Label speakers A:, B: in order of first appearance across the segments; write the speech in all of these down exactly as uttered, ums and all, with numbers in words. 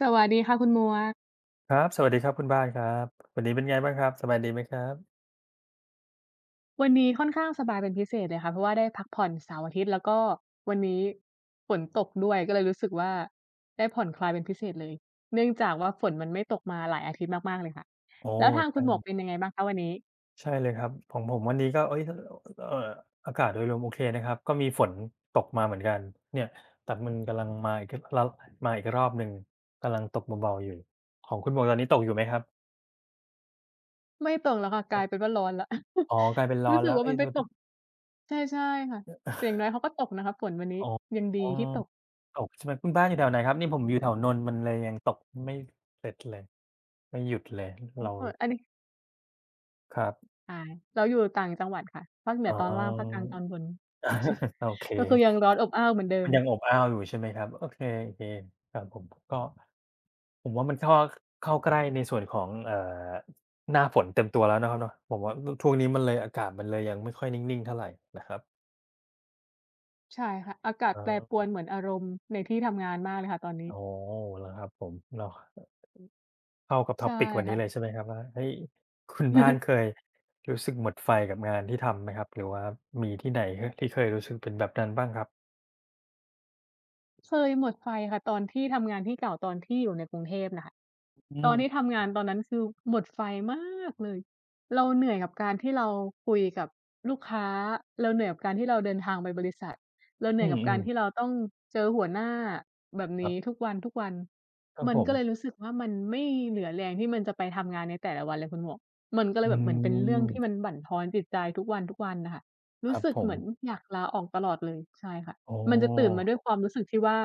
A: สวัสดีค่ะคุณหมวก
B: ครับสวัสดีครับคุณบ้านครับวันนี้เป็นไงบ้างครับสบายดีไหมครับ
A: วันนี้ค่อนข้างสบายเป็นพิเศษเลยค่ะเพราะว่าได้พักผ่อนเสาร์อาทิตย์แล้วก็วันนี้ฝนตกด้วยก็เลยรู้สึกว่าได้ผ่อนคลายเป็นพิเศษเลยเนื่องจากว่าฝนมันไม่ตกมาหลายอาทิตย์มากๆเลยค่ะ
B: โอ้
A: แล้วทางคุ
B: ใช่
A: ณหมวกเป็นยังไงบ้างคะวันนี้
B: ใช่เลยครับของผมวันนี้ก็เอ๊ยทเอ่ออากาศโดยรวมโอเคนะครับก็มีฝนตกมาเหมือนกันเนี่ยแต่มันกำลังมาอีกรมาอีกรอบหนึ่งกำลังตกเบาๆอยู่ของคุณหมวกตอนนี้ตกอยู่ไหมครับ
A: ไม่ตกแล้วค่ะกลายเป็น
B: อ
A: ว่าร้อนแล้ว
B: อ๋อกลายเป็นร้อ
A: รู้
B: น
A: สึก
B: แล้ว
A: ว่า
B: เอ๊
A: มั
B: ย
A: นไป
B: โทษ
A: ต
B: ที
A: กใช่ใช่ค่ะแต่อย่างน้อยเขาก็ตกนะคะฝนวันนี้
B: อ๋อ
A: ยังดีที่ตก
B: ตกใช่ไหมคุณบ้านอยู่แถวไหนครับนี่ผมอยู่แถวนนท์มันเลยยังตกไม่เสร็จเลยไม่หยุดเลย
A: อ๋
B: เรา
A: ออันนี้
B: ครับ
A: อาเราอยู่ต่างจังหวัดค่ะภาคเหนือ
B: อ๋อ
A: ตอนล่างภาคกลางตอนบน
B: โอเค
A: ก็คือยังร้อนอบอ้าวเหมือนเดิ
B: มั
A: ม
B: นยังอบอ้าวอยู่ใช่ไหมครับโอเคๆครับผมก็ผมว่ามันเข้าเข้าใกล้ในส่วนของเอ่อหน้าฝนเต็มตัวแล้วนะครับเนาะผมว่าอช่วงนี้มันเลยอากาศมันเลยยังไม่ค่อยนิ่งๆเท่าไรนะครับ
A: ใช่ค่ะอากาศ
B: อ๋
A: แปรปรวน
B: อ
A: เหมือนอารมณ์ในที่ทำงานมากเลยค่ะตอนนี้
B: อ๋อเหรอครับผมเนาะเข้ากับ
A: ใช่
B: topic วันนี้เลย
A: ค่ะ
B: ใช่ไหมครับว่าเฮ้ยคุณบ้านเคยรู้สึกหมดไฟกับงานที่ทำไหมครับหรือว่ามีที่ไหน ฮที่เคยรู้สึกเป็นแบบนั้นบ้างครับ
A: เคยหมดไฟค่ะตอนที่ทำงานที่เก่าตอนที่อยู่ในกรุงเทพน่ะค่ะ
B: อื
A: ตอนที่
B: ม
A: ทำงานตอนนั้นคือหมดไฟมากเลยเราเหนื่อยกับการที่เราคุยกับลูกค้าเราเหนื่อยกับการที่เราเดินทางไปบริษัทเราเหนื่
B: อื
A: อยกับกา
B: ม
A: รที่เรา
B: ๆ
A: ต้องเจอหัวหน้าแบบ
B: ครั
A: นี้ทุ
B: บ
A: กวัน
B: ครั
A: ๆ
B: บ
A: มัน
B: ผม
A: ก็เลยรู้สึกว่ามันไม่เหลือแรงที่มันจะไปทำงานในแต่ละวันเลยคุณหมวกมันก็เล
B: อื
A: ยแบบเหมือนเป็นเรื่องที่มัน
B: ม
A: บั่นทอนจิตใจทุกวันๆน่ะค่ะ
B: ค
A: รู้
B: รับ
A: สึก
B: ผ
A: เห
B: ม
A: มือนอยากลาออกตลอดเลยใช่ค่ะ
B: อ๋อ
A: มันจะตื่นมาด้วยความรู้สึกที่ว่า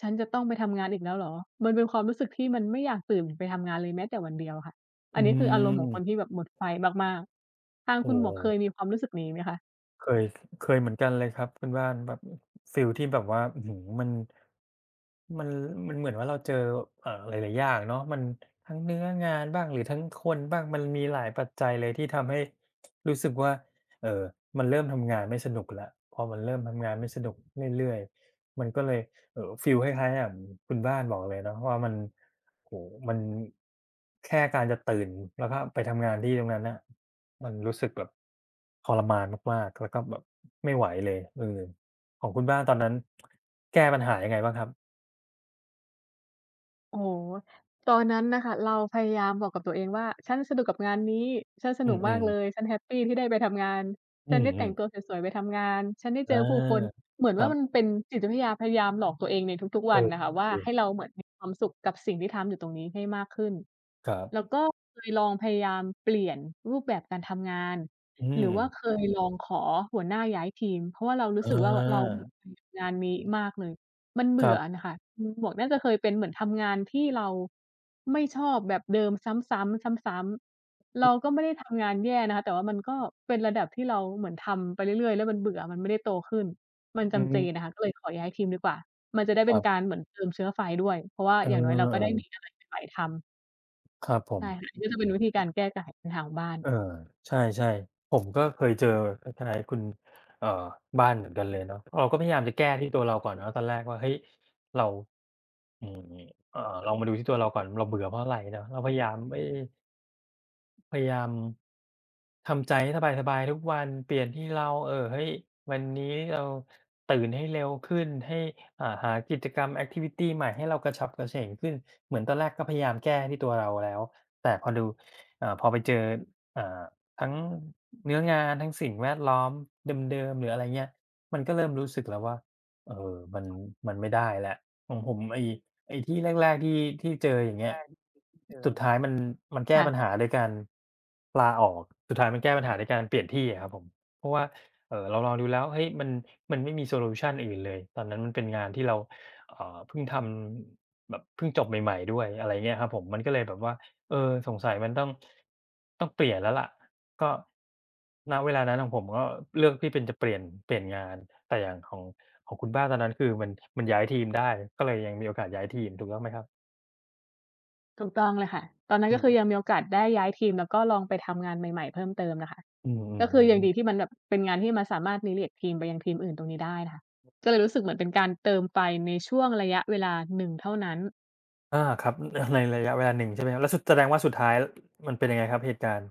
A: ฉันจะต้องไปทำงานอีกแล้วเหรอมันเป็นความรู้สึกที่มันไม่อยากตื่นไปทำงานเลยแม้แต่วันเดียวค่ะอั
B: อื
A: นนี้คืออารมณ์ของค
B: ม
A: นที่แบบหมดไฟมากๆทางคุ
B: โอ้
A: ณหม
B: โฮ
A: วกเคยมีความรู้สึกนี้ไหมคะ
B: เคยเคยเหมือนกันเลยครับคุณบ้านแบบฟีลที่แบบว่าอื้อฮือมันมันมันเหมือนว่าเราเจอเอ่อหลายๆอย่างเนาะมันทั้งเนื้องานบ้างหรือทั้งคนบ้างมันมีหลายปัจจัยเลยที่ทำให้รู้สึกว่าเอ่อมันเริ่มทำงานไม่สนุกแล้วพอมันเริ่มทำงานไม่สนุกเรื่อยๆมันก็เลยเอ่อฟีลคล้ายๆอย่างคุณบ้านบอกเลยเนาะว่ามัน โอ้โฮมันแค่การจะตื่นแล้วก็ไปทำงานที่ตรงนั้นน่ะมันรู้สึกแบบทรมานมากๆแล้วก็แบบไม่ไหวเลยเออของคุณบ้านตอนนั้นแก้ปัญหายังไงบ้างครับ
A: โอโอตอนนั้นน่ะค่ะเราพยายามบอกกับตัวเองว่าฉันสนุกกับงานนี้ฉันส
B: อื
A: นุกมาก
B: ม
A: เล
B: ๆ
A: ยฉันแฮปปีที่ได้ไปทำงาน
B: อื
A: ฉัน
B: ม
A: ได้แต่งตัวสวยๆไปทำงานฉันได้
B: ๆ
A: เจ
B: อ
A: อผู้คน
B: า
A: เหมือน
B: ครั
A: ว่ามัน
B: บ
A: เป็นจิตวิทยาพยายามหลอกตัวเองในทุกๆ
B: เอ
A: วัน
B: อ
A: น่ะค่ะว่าให้เราเหมือนมีความสุขกับสิ่งที่ทำอยู่ตรงนี้ให้มากขึ้น
B: ครับ
A: แล้วก็เคยลองพยายามเปลี่ยนรูปแบบการทำงาน
B: อื
A: ห
B: ม
A: รือว่าเคยลองขอหัวหน้าย้ายทีมเพราะว่าเรารู้
B: อา
A: สึกว่าเรา งานนี้มากเลย มัน
B: ค
A: เบื่
B: รั
A: อ
B: บ
A: น่ะค่ะอืมหมวกน่าจะเคยเป็นเหมือนทำงานที่เราไม่ชอบแบบเดิมซ้ำๆซ้ำๆ เราก็ไม่ได้ทำงานแย่นะคะแต่ว่ามันก็เป็นระดับที่เราเหมือนทำไปเรื่อยๆแล้วมันเบื่อมันไม่ได้โตขึ้นมัน
B: อื
A: จำเจ
B: ม
A: น่ะค่ะก็เลยขอย้ายทีมดีกว่ามันจะได้
B: ค
A: เป็นกา
B: รับ
A: รเหมือนเติมเชื้อไฟด้วยเพราะว่า
B: เ
A: อย่างน้อยเราก็ได้
B: ออ
A: มีอะไรใหม่ๆทำ
B: ๆครับผม
A: ใช่ค่ะนี่ก็จะเป็นวิธีการแก้ไขปัญหาของบ้าน
B: เออใช่ๆผมก็เคยเจอคล้ายๆคุณเอ่อบ้านเหมือนกันเลยเนาะเราก็พยายามจะแก้ที่ตัวเราก่อนเนาะตอนแรกว่าเฮ้ยเราอืมเอ่อลองมาดูที่ตัวเราก่อนเราเบื่อเพราะอะไรเนาะเราพยายามเอ๊พยายาม ทำใจให้สบายๆทุกวันเปลี่ยนที่เราเอ่อเฮ้ยวันนี้เราตื่นให้เร็วขึ้นให้อ่าหากิจกรรมแอกทิวิตีใหม่ให้เรากระฉับกระเฉงขึ้นเหมือนตอนแรกก็พยายามแก้ที่ตัวเราแล้วแต่พอดูอ่าพอไปเจออ่าทั้งเนื้องานทั้งสิ่งแวดล้อมเดิมๆหรืออะไรเงี้ยมันก็เริ่มรู้สึกแล้วว่าเออมันมันไม่ได้แล้วของผมไอ้ ไอ้ที่แรกๆที่ที่เจออย่างเงี้ยสุดท้ายมันมันแก้ปัญหา
A: ค่ะ
B: ด้วยการลาออกสุดท้ายมันแก้ปัญหาด้วยการเปลี่ยนที่อะครับผมเพราะว่าเอ่อเราลองดูแล้วเฮ้ยมันมันไม่มีโซลูชันอื่นเลยตอนนั้นมันเป็นงานที่เราเอ่อเพิ่งทำแบบเพิ่งจบใหม่ๆด้วยอะไรเงี้ยครับผมมันก็เลยแบบว่าเออสงสัยมันต้องต้องเปลี่ยนแล้วล่ะก็ณเวลานั้นของผมก็เลือกที่เป็นจะเปลี่ยนเปลี่ยนงานแต่อย่างของ ของคุณบ้านตอนนั้นคือมันมันย้ายทีมได้ก็เลยยังมีโอกาสย้ายทีมถูกต้องไหมครับ
A: ถูกต้องเลยค่ะตอนนั้น
B: อื
A: ก็คือยัง
B: อืึ
A: มีโอกาสได้ย้ายทีมแล้วก็ลองไปทำงานใหม่ๆเพิ่มเติมน่ะค่ะ
B: อื
A: ก็คือยัง
B: มๆ
A: ดีที่
B: ๆๆ
A: มันแบบเป็นงานที่มันสามารถ relate ทีมไปยังทีมอื่นตรงนี้ได้น่ะค่ะก็เลยรู้สึกเหมือนเป็นการเติมไฟในช่วงระยะเวลาหนึ่งเท่านั้น
B: อาครับในระยะเวลาหนึ่งใช่ไหมครับแล้วสุดแสดงว่าสุดท้ายมันเป็นยังไงครับเหตุการณ์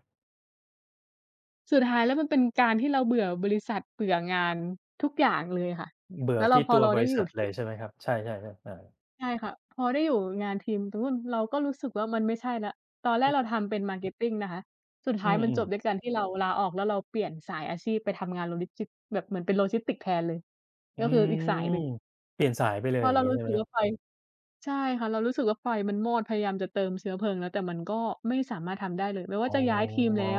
A: สุดท้ายแล้วมันเป็นการที่เราเบื่อบริษัทเบื่องานทุกอย่างเลยค่ะ
B: เบื่อ
A: แล้วเรา
B: ที่
A: พอ
B: ตัว
A: เรา
B: บ
A: ได้
B: ริ
A: อยู่
B: ษัท
A: ที
B: เล
A: ม
B: ยใช่ไหมครับใช่ๆๆอา
A: ใช่ค่ะพอได้อยู่งานทีมตรงนู้นเราก็รู้สึกว่ามันไม่ใช่แล้วตอนแร
B: อื
A: ก
B: อ
A: เราทำเป็น marketing นะคะสุด
B: อื
A: ท้ายมันจ
B: ม
A: บด้วย
B: ๆ
A: การที่เราลาออกแล้วเราเปลี่ยนสายอาชีพไปทำงานโลจิสติกส์แบบเหมือนเป็น Logistics แทนเลย
B: อื
A: ก็คืออีก
B: ม
A: สายหนึ่ง
B: เปลี่ยนสายไปเล
A: เพ
B: ย
A: ราะ
B: อย่า
A: เรา
B: งงี้
A: รู้
B: ใช่
A: สึ
B: ไหม
A: ก
B: ครั
A: ว่า
B: บ
A: ไฟ ใช่ค่ะเรารู้สึกว่าไฟมันมอดพยายามจะเติมเชื้อเพลิงแล้วแต่มันก็ไม่สามารถทำได้เลยไม่ว่า
B: อ๋อ
A: จะย้ายทีมแล้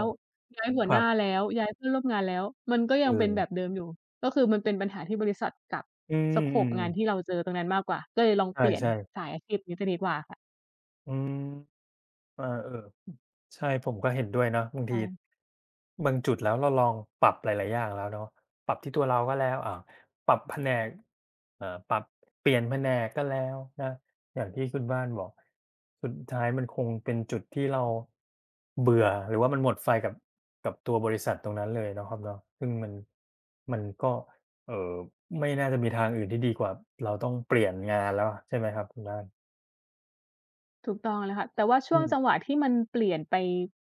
A: อืวมย้ายหัว
B: ค
A: ห
B: รั
A: น้า
B: บ
A: แล้วย้ายเพื่อนร่วมงานแล้วมันก็
B: เอ
A: ยังเป็นแบบ
B: อ
A: เดิมอยู่ก็คือมันเป็นปัญหาที่บริษัทกับ
B: อื
A: สโกป
B: ม
A: งานที่เรา
B: ๆ
A: เจอตรงนั้นมากกว่าก็เลยลองเปลี่ยน
B: ใช่ๆ
A: สายอาชีพนี้จะดีกว่าค่ะ
B: อืมอาเออ ใช่ผมก็เห็นด้วยเนาะบางที
A: ใช่
B: บางจุดแล้วเราลองปรับหลายๆอย่างแล้วเนาะปรับที่ตัวเราก็แล้วอ่าปรับแผนกเอ่อปรับเปลี่ยนแผนกก็แล้วนะอย่างที่คุณบ้านบอกสุดท้ายมันคงเป็นจุดที่เราเบื่อหรือว่ามันหมดไฟกับกับตัวบริษัทตรงนั้นเลยเนาะครับเนาะซึ่งมันมันก็เอ่อไม่น่าจะมีทางอื่นที่ดีกว่าเราต้องเปลี่ยนงานแล้วอะใช่ไหมครับคุณบ้าน
A: ถูกต้องแล้วค่ะแต่ว่าช่
B: อื
A: วง
B: ม
A: จังหวะที่มันเปลี่ยนไป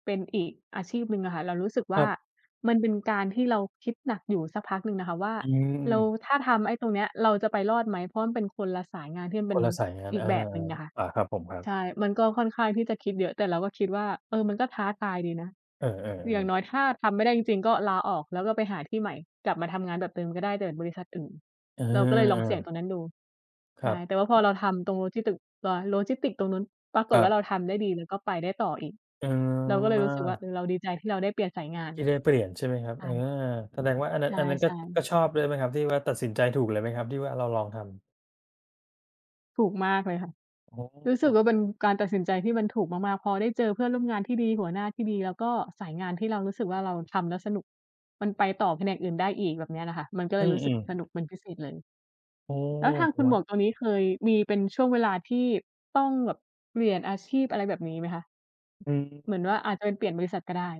A: เป็นอีกอาชีพหนึ่งอะค่ะเรารู้สึก
B: ค
A: ว่า
B: รับ
A: มันเป็นการที่เราคิดหนักอยู่สักพักหนึ่งนะคะว่า
B: อื
A: เรา
B: ม
A: ถ้าทำไอ้ตรงเนี้ยเราจะไปรอดไหมเพราะมันเป็นคนละสายงานที่มัน
B: ค
A: เป็น
B: นละสายงาน
A: อีก
B: เอา
A: แบบหนึ่งอะค่ะ
B: อาครับผมครั
A: ใช่
B: บ
A: มันก็ค่อนข้างที่จะคิดเยอะแต่เราก็คิดว่าเออมันก็ท้าทายดีนะ
B: เออ
A: อย่าง
B: ๆๆ
A: น้อยถ้าทำไม่ได้จริงๆก็ลาออกแล้วก็ไปหาที่ใหม่กลับมาทำงานแบบเดิมก็ได้แต่เป็นบริษัทอื่น
B: เ
A: เราก็เลยลอง
B: ออ
A: เสี่ยงตรงนั้นดู
B: ๆค
A: ใช่
B: รับ
A: แต่ว่าพอเราทำตรงโลจิสติกเอ่อโลจิสติกส์ตรงนู้นปราก
B: ค
A: ฏ
B: รั
A: ว่าเรา
B: บ
A: ทำได้ดีแล้วก็ไปได้ต่ออีก
B: เอ
A: เราก็เล
B: อ
A: ยรู้สึกว่าเออเราดีใจที่เราได้เปลี่ยนสายงาน
B: ที่ได้เปลี่ยนใช่ไหมครับ
A: ใช่
B: เออ
A: ค่ะ
B: แสดงว่าอันนั้นอันนั้นก็
A: ใช่
B: ก็ช
A: ๆ
B: อบด้วยไหมครับที่ว่าตัดสินใจถูกเลยไหมครับที่ว่าเราลองทำ
A: ถูกมากเลยค่ะ
B: โอ
A: รู้สึกว่า
B: ้
A: เป็นการตัดสินใจที่มันถูกมากๆพอได้เจอเพื่อนร่วมงานที่ดีหัวหน้าที่ดีแล้วก็สายงานที่เรารู้สึกว่าเราทำแล้วสนุกมันไปต่อแผนกอื่นได้อีกแบบเนี้ยน่ะค่ะมันก็เล
B: อื
A: ยรู้สึก
B: ม
A: สนุก
B: ๆ
A: เป็นพิเศษเลย
B: โอ้
A: แล้วทางคุณหม
B: ว้า
A: ว
B: ว
A: กตรงนี้เคยมีเป็นช่วงเวลาที่ต้องแบบเปลี่ยนอาชีพอะไรแบบนี้ไหมคะ
B: อื
A: เหมือ
B: ม
A: นว่าอาจจะเป็นเปลี่ยนบริษัทก็ได้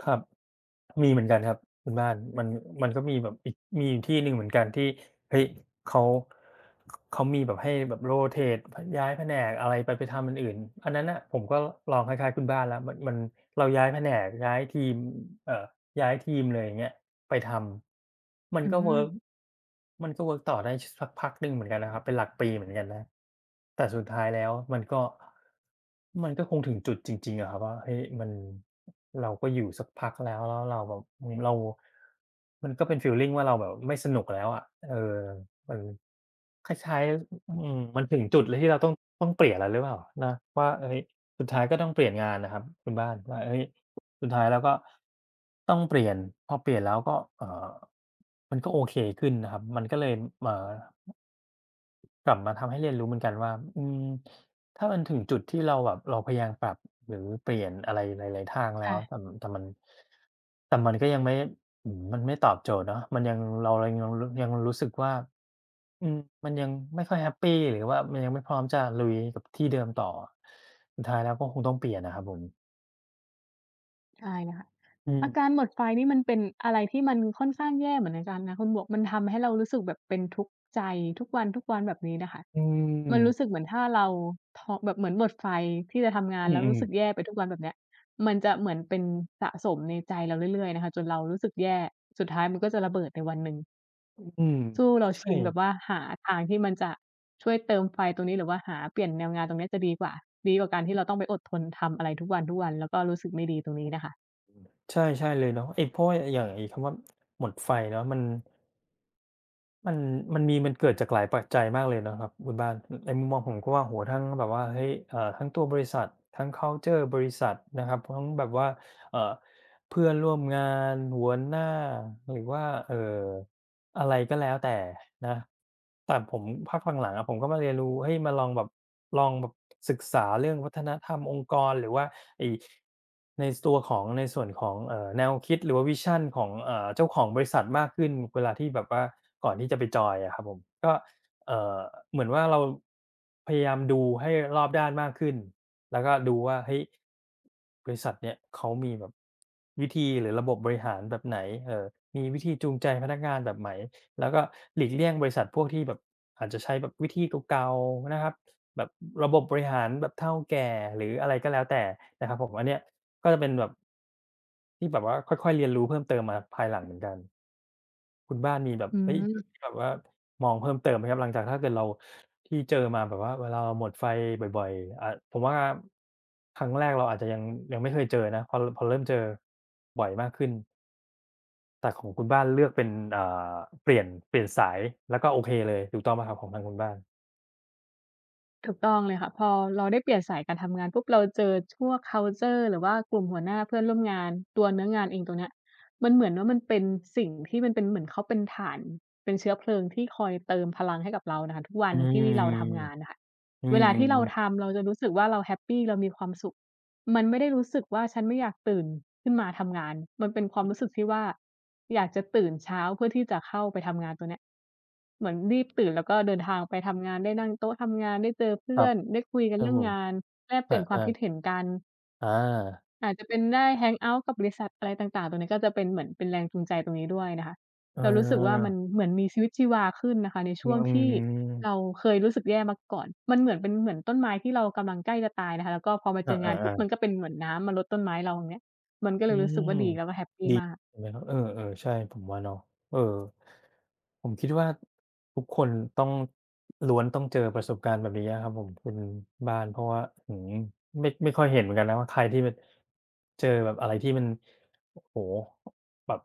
B: ครับมีเหมือนกันครับคุณบ้านมันมันก็มีแบบอีกมีอยู่ที่หนึ่งเหมือนกันที่เฮ้ยเขาเขามีแบบให้แบบ rotate พย้ายแผนกอะไรไปไปทำอันอื่นอันนั้นน่ะผมก็ลองคล้ายๆคุณบ้านแล้วมันมันเราย้ายแผนกย้ายทีมเอ่อย้ายทีมเลยอย่างเงี้ย ไปทำมัน
A: อื
B: ก็
A: ม
B: เวิร์กมันก็เวิร์กต่อได้ชสักพักหนึ่งเหมือนกันนะครับเป็นหลักปีเหมือนกันนะแต่สุดท้ายแล้วมันก็มันก็คงถึงจุดจริงๆอะครับว่าเฮ้ยมันเราก็อยู่สักพักแล้วแล้วเราแบบอืมเรามันก็เป็นฟีลลิงว่าเราแบบไม่สนุกแล้วอะเออมันคล้ายๆอืมมันถึงจุดเลยที่เราต้องต้องเปลี่ยนแล้วหรือเปล่านะว่าเฮ้ยสุดท้ายก็ต้องเปลี่ยนงานนะครับคุณบ้านว่าเฮ้ย สุดท้ายแล้วก็ต้องเปลี่ยนพอเปลี่ยนแล้วก็เอ่อมันก็โอเคขึ้นนะครับมันก็เลยเอ่อกลับมาทำให้เรียนรู้เหมือนกันว่าอืมถ้ามันถึงจุดที่เราแบบเราพยายามปรับหรือเปลี่ยนอะไรหลายๆทางแล้วแต่
A: ค่ะ
B: แต่มันแต่มันก็ยังไม่อืมมันไม่ตอบโจทย์เนาะมันยังเราเลยยังรยังรู้สึกว่าอืมมันยังไม่ค่อยแฮปปีหรือว่ามันยังไม่พร้อมจะลุยกับที่เดิมต่อสุดท้ายแล้วก็คงต้องเปลี่ยนอะครับผม
A: ใช่เลยค่ะ
B: อื
A: อาการ
B: ม
A: หมดไฟนี่มันเป็นอะไรที่มันค่อนข้างแย่เหมือนกันนะคุณหมวกมันทำให้เรารู้สึกแบบเป็นทุกข์ใจทุกวันๆแบบนี้น่ะค่ะ
B: อื
A: มั
B: ม
A: นรู้สึกเหมือนถ้าเราท้อแบบเหมือนหมดไฟที่จะทำงาน
B: อื
A: แล้วรู้
B: อ
A: สึก
B: ๆ
A: แย่ไปทุกวันแบบเนี้ยมันจะเหมือนเป็นสะสมในใจเราเรื่อยๆนะคะจนเรารู้สึกแย่สุดท้ายมันก็จะระเบิดในวันหนึ่ง
B: อืม
A: สู้เรา
B: ใช่
A: ชิงแบบว่าหาทางที่มันจะช่วยเติมไฟตรงนี้หรือว่าหาเปลี่ยนแนวงานตรงเนี้ยจะดีกว่าดีกว่าการที่เราต้องไปอดทนทำอะไรทุกวันๆแล้วก็รู้สึกไม่ดีตรงนี้น่ะค่ะ
B: ใช่ใช่เลยเนาะไอ้เพราะว่าอย่างไอ้คำว่าหมดไฟเนาะมันมันมันมีมันเกิดจากหลายปัจจัยมากเลยเนาะครับคุณบ้านในมุมมองผมก็ว่าโอ้โฮทั้งแบบว่าเฮ้ยเอ่อทั้งตัวบริษัททั้งคัลเชอร์บริษัทนะครับทั้งแบบว่าเอ่อเพื่อนร่วมงานหัวหน้าหรือว่าเอ่อ อะไรก็แล้วแต่นะ แต่ผมพักหลังๆอะผมก็มาเรียนรู้เฮ้ยมาลองแบบลองแบบศึกษาเรื่องวัฒนธรรมองค์กรหรือว่าไอ้ในสตัวของในส่วนของเอ่อแนวคิดหรือว่าวิชั่นของเอ่อเจ้าของบริษัทมากขึ้นเวลาที่แบบว่าก่อนที่จะไปจอยอะครับผมก็เอ่อเหมือนว่าเราพยายามดูให้รอบด้านมากขึ้น แล้วก็ดูว่าเฮ้ยบริษัทเนี่ยเขามีแบบวิธีหรือระบบบริหารแบบไหนเอ่อมีวิธีจูงใจพนักงานแบบไหนแล้วก็หลีกเลี่ยงบริษัทพวกที่แบบอาจจะใช้แบบวิธีเก่าๆนะครับแบบระบบบริหารแบบเท่าแก่หรืออะไรก็แล้วแต่นะครับผมอันเนี้ยก็จะเป็นแบบที่แบบว่าค่อยๆเรียนรู้เพิ่มเติมมาภายหลังเหมือนกัน คุณบ้านมีแบบ
A: อื
B: เฮ้ยจุด
A: ม
B: ที่แบบว่ามองเพิ่มเติมไหมครับหลังจากถ้าเกิดเราที่เจอมาแบบว่าเวลาเราหมดไฟบ่อยๆอ่าผมว่าครั้งแรกเราอาจจะยังยังไม่เคยเจอนะพอพอเริ่มเจอบ่อยมากขึ้นแต่ของคุณบ้านเลือกเป็นอ่าเปลี่ยนเปลี่ยนสายแล้วก็โอเคเลยถูกต้องเปล่าครับของทางคุณบ้าน
A: ถูกต้องเลยค่ะพอเราได้เปลี่ยนสายการทำงานปุ๊บเราเจอพวกคัลเชอร์หรือว่ากลุ่มหัวหน้าเพื่อนร่วมงานตัวเนื้องานเองตรงเนี้ยมันเหมือนว่ามันเป็นสิ่งที่มันเป็นเหมือนเขาเป็นถ่านเป็นเชื้อเพลิงที่คอยเติมพลังให้กับเราน่ะค่ะทุกวั
B: อื
A: นที่
B: ม
A: เราทำงานน่ะค่ะ
B: อื
A: เวลา
B: ม
A: ที่เรา
B: ๆๆ
A: ทำเราจะรู้สึกว่าเราแฮปปีเรามีความสุข มันไม่ได้รู้สึกว่าฉันไม่อยากตื่นขึ้นมาทำงานมันเป็นความรู้สึกที่ว่าอยากจะตื่นเช้าเพื่อที่จะเข้าไปทำงานตัวเนี้ยเหมือนรีบตื่นแล้วก็เดินทางไปทำงานได้นั่งโต๊ะทำงานได้เจอ
B: ค
A: เพื่
B: รั
A: อ
B: บ
A: นได้คุยกั
B: ค
A: น
B: รับ
A: เรื่อ
B: ผ
A: ง
B: ม
A: งานแลกเปลี่ยนความ
B: อา
A: คิดเห็น
B: ๆ
A: กัน
B: อา
A: อาจจะเป็นได้แฮงเอาต์กับบริษัทอะไรต่างๆตรงนี้ก็จะเป็นเหมือนเป็นแรงจูงใจตรงนี้ด้วยนะคะ
B: เออ
A: เรารู้สึกว่ามันเหมือนมีชีวิตชีวาขึ้นนะคะใน
B: อื
A: ช่วงที่เรา
B: ม
A: เคยรู้สึกแย่มาก่อนมันเหมือนเป็นเหมือนต้นไม้ที่เรากำลังใกล้จะตายนะคะแล้วก็พอมา
B: อ
A: เจองานปุ๊
B: า
A: บมั
B: ๆ
A: น
B: ๆ
A: ก็เป็นเหมือนน้ำมารดต้นไม้เราอย่างเงี้ยมันก็เล
B: อื
A: ยรู้
B: ม
A: สึกว่าดีแล้วก็แฮปปี
B: ดี
A: มาก
B: เห็นไหมครับเออเออใช่ผมว่าเนาะเออผมคิดว่าทุกคนต้องล้วนต้องเจอประสบการณ์แบบนี้อะครับผมคุณบ้านเพราะว่าอื้อฮือไม่ไม่ค่อยเห็นเหมือนกันนะว่าใครที่มันเจอแบบอะไรที่มันโอ้โฮแบบ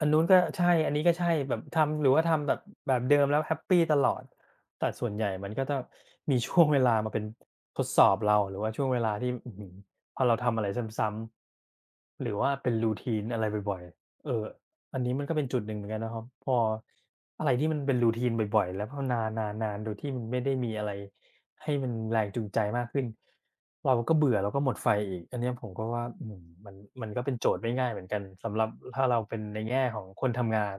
B: อันนู้นก็ใช่ อันนี้ก็ใช่แบบทำหรือว่าทำแบบแบบเดิมแล้วแฮปปีตลอด แต่ส่วนใหญ่มันก็จะมีช่วงเวลามาเป็นทดสอบเราหรือว่าช่วงเวลาที่อื้อฮือพอเราทำอะไรซ้ำๆหรือว่าเป็น routine อะไรบ่อยๆเออ อันนี้มันก็เป็นจุดหนึ่งเหมือนกันนะครับพออะไรที่มันเป็น routine บ่อยๆแล้วพอนานๆๆโดยที่มันไม่ได้มีอะไรให้มันแรงจูงใจมากขึ้นเราก็เบื่อเราก็หมดไฟอีกอันเนี้ยผมก็ว่าอืมมันมันก็เป็นโจทย์ไม่ง่ายเหมือนกันสำหรับถ้าเราเป็นในแง่ของคนทำงาน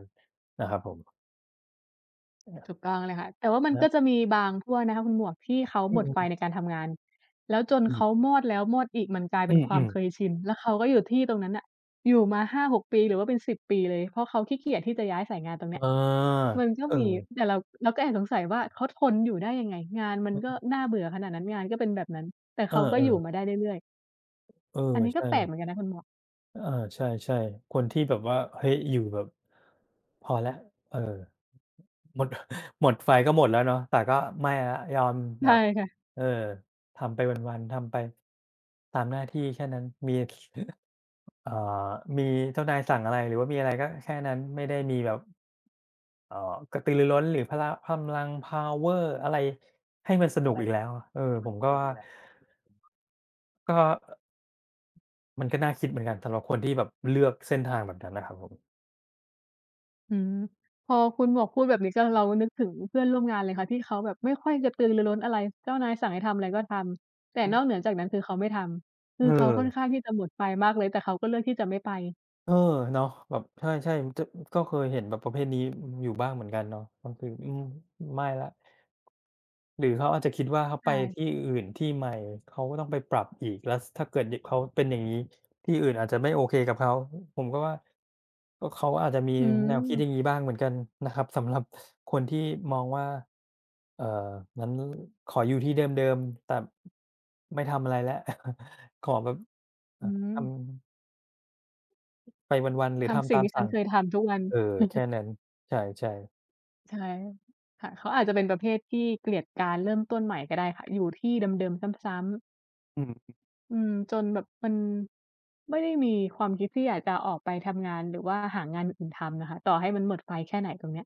B: นะครับผมอะ
A: ถูกต้องเลยค่ะแต่ว่ามัน
B: ฮะ
A: ก็จะมีบางพวกนะคะคุณหมวกที่เขา
B: อื
A: หมดไฟใน
B: ม
A: การทำงานแล้วจน
B: ๆอ
A: เขามอดแล้วมอดอีกมันกลายเป็
B: ื
A: น
B: ม
A: ควา
B: อื
A: ม
B: ม
A: เค
B: ๆ
A: ยชินแล้วเขาก็อยู่ที่ตรงนั้นน่ะอยู่มาห้าถึงหกปีหรือว่าเป็นสิบปีเลยเพราะเขาขี้เกียจที่จะย้ายสายงานตรงเนี้ย
B: เออ
A: มันก็
B: เอ
A: มี
B: อ
A: แต่เราเราก็แอบสงสัยว่าเขาทนอยู่ได้ยังไงงานมันก็
B: เออ
A: น่าเบื่อขนาดนั้นงานก็เป็นแบบนั้นแต่
B: เ
A: เขาก็อยู่มา
B: ออ
A: ได้เรื่อยๆ
B: เออ
A: อันนี้ก็
B: ใช่
A: แปลกเหมือนกันนะคุณหมวก
B: เออใช่ๆคนที่แบบว่าเฮ้ยอยู่แบบพอแล้วเออ หมด หมดไฟก็หมดแล้วเนาะแต่ก็ไม่แล้วยอมแบ
A: ใช่
B: บ
A: ค่ะ
B: เออทำไปวันๆทำไปตามหน้าที่แค่นั้นมี เอ่อมีเจ้านายสั่งอะไรหรือว่ามีอะไรก็แค่นั้นไม่ได้มีแบบเอ่อกระตือรือร้นหรือพละพำลังพาวเวอร์อะไรให้มันสนุกอีกแล้วอะเออผมก็ว่าก็มันก็น่าคิดเหมือนกันสำหรับคนที่แบบเลือกเส้นทางแบบนั้นนะครับผม
A: อืมพอคุณหมวกพูดแบบนี้ก็เรานึกถึงเพื่อนร่วมงานเลยค่ะที่เขาแบบไม่ค่อยกระตือรือร้นอะไรเจ้านายสั่งให้ทำอะไรก็ทำแต่
B: อื
A: น
B: ม
A: อกเหนือจากนั้นคือเขาไม่ทำคือ
B: เอ
A: เขา
B: อ
A: ค่อนข้างที่จะหมดไฟมากเลยแต่เขาก็เลือกที่จะไม่ไป
B: เออเนาะแบบใช่ๆจะก็เคยเห็นแบบประเภทนี้อืมอยู่บ้างเหมือนกันเนาะก็คืออืมไม่แล้วหรือเขาอาจจะคิดว่าเขาไปที่
A: ใช่
B: อื่นที่ใหม่เขาก็ต้องไปปรับอีกแล้วสถ้าเกิดดเขาเป็นอย่างงี้ที่อื่นอาจจะไม่โอเคกับเขาผมก็ว่าก็เขาอาจจะมี
A: อื
B: แนวคิดอย่าง
A: ม
B: งี้บ้างเหมือนกันนะครับสำหรับคนที่มองว่าเอ่องั้นขออยู่ที่เดิมๆแต่ไม่ทำอะไรแล้ว ขอแบบ
A: อื
B: เอ่อ
A: ม
B: ทำไปวันๆหรือ
A: ทำ
B: ทำ
A: สิ่ง
B: ตาม
A: ที่ฉัน
B: สั่ง
A: เคยทำทุกวัน
B: เออแค่นั้นใช่ๆ
A: ใช่ค่ะเขาอาจจะเป็นประเภทที่เกลียดการเริ่มต้นใหม่ก็ได้ค่ะอยู่ที่เดิมๆซ้ำๆ
B: อืม
A: อืมจนแบบมันไม่ได้มีความคิดที่อยากจะออกไปทำงานหรือว่าหางานอื่นทำนะคะต่อให้มันหมดไฟแค่ไหนตรงเนี้ย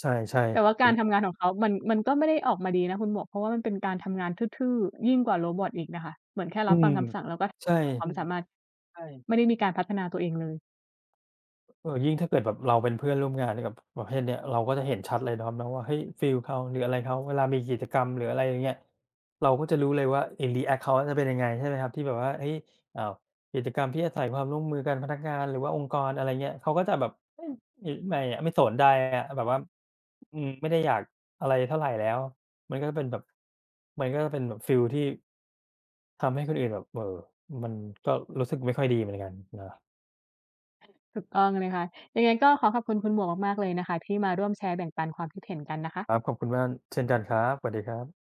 B: ใช่
A: แต่ว่า
B: ๆเป็
A: การ
B: น
A: ทำงานของเขามันมันก็ไม่ได้ออกมาดีนะคุณหมวกเพราะว่ามันเป็นการทำงานทื่อๆยิ่งกว่าโรบอตอีกน่ะค่ะเหมือนแค่
B: อื
A: รับ
B: ม
A: ฟังคำสั่งแล้วก็
B: ใช่
A: ทำตามคอวามสามารถไม่ได้มีการพัฒนาตัวเองเลย
B: เออยิ่งถ้าเกิดแบบเราเป็นเพื่อนร่วมงานกับประเภทเนี้ยเราก็จะเห็นชัดเลยนะครับเนาะว่าเฮ้ยฟีลเขาหรืออะไรเขาเวลามีกิจกรรมหรืออะไรอย่างเงี้ยเราก็จะรู้เลยว่าไอ้รีแอกเขาจะเป็นยังไงใช่ไหมครับที่แบบว่าเฮ้ยอ้าวกิจกรรมที่อาศัยความร่วมมือกันพนักงานหรือว่าองค์กรอะไรเงี้ยเขาก็จะแบบเฮ้ยอิไม่อะไม่สนใจอะแบบว่าอืมไม่ได้อยากอะไรเท่าไรแล้วมันก็เป็นแบบมันก็จะเป็นแบบฟีลที่ ทำให้คนอื่นแบบเอ่อมันก็รู้สึกไม่ค่อยดีเหมือนกันนะ
A: ถูกต้องเลยค่ะยังไงก็ขอขอบคุณคุณหมวกมากๆเลยนะคะที่มาร่วมแชร์แบ่งปันความคิดเห็นกันนะคะ
B: ครับขอบคุณมากเช่นกันครับสวัสดีครับ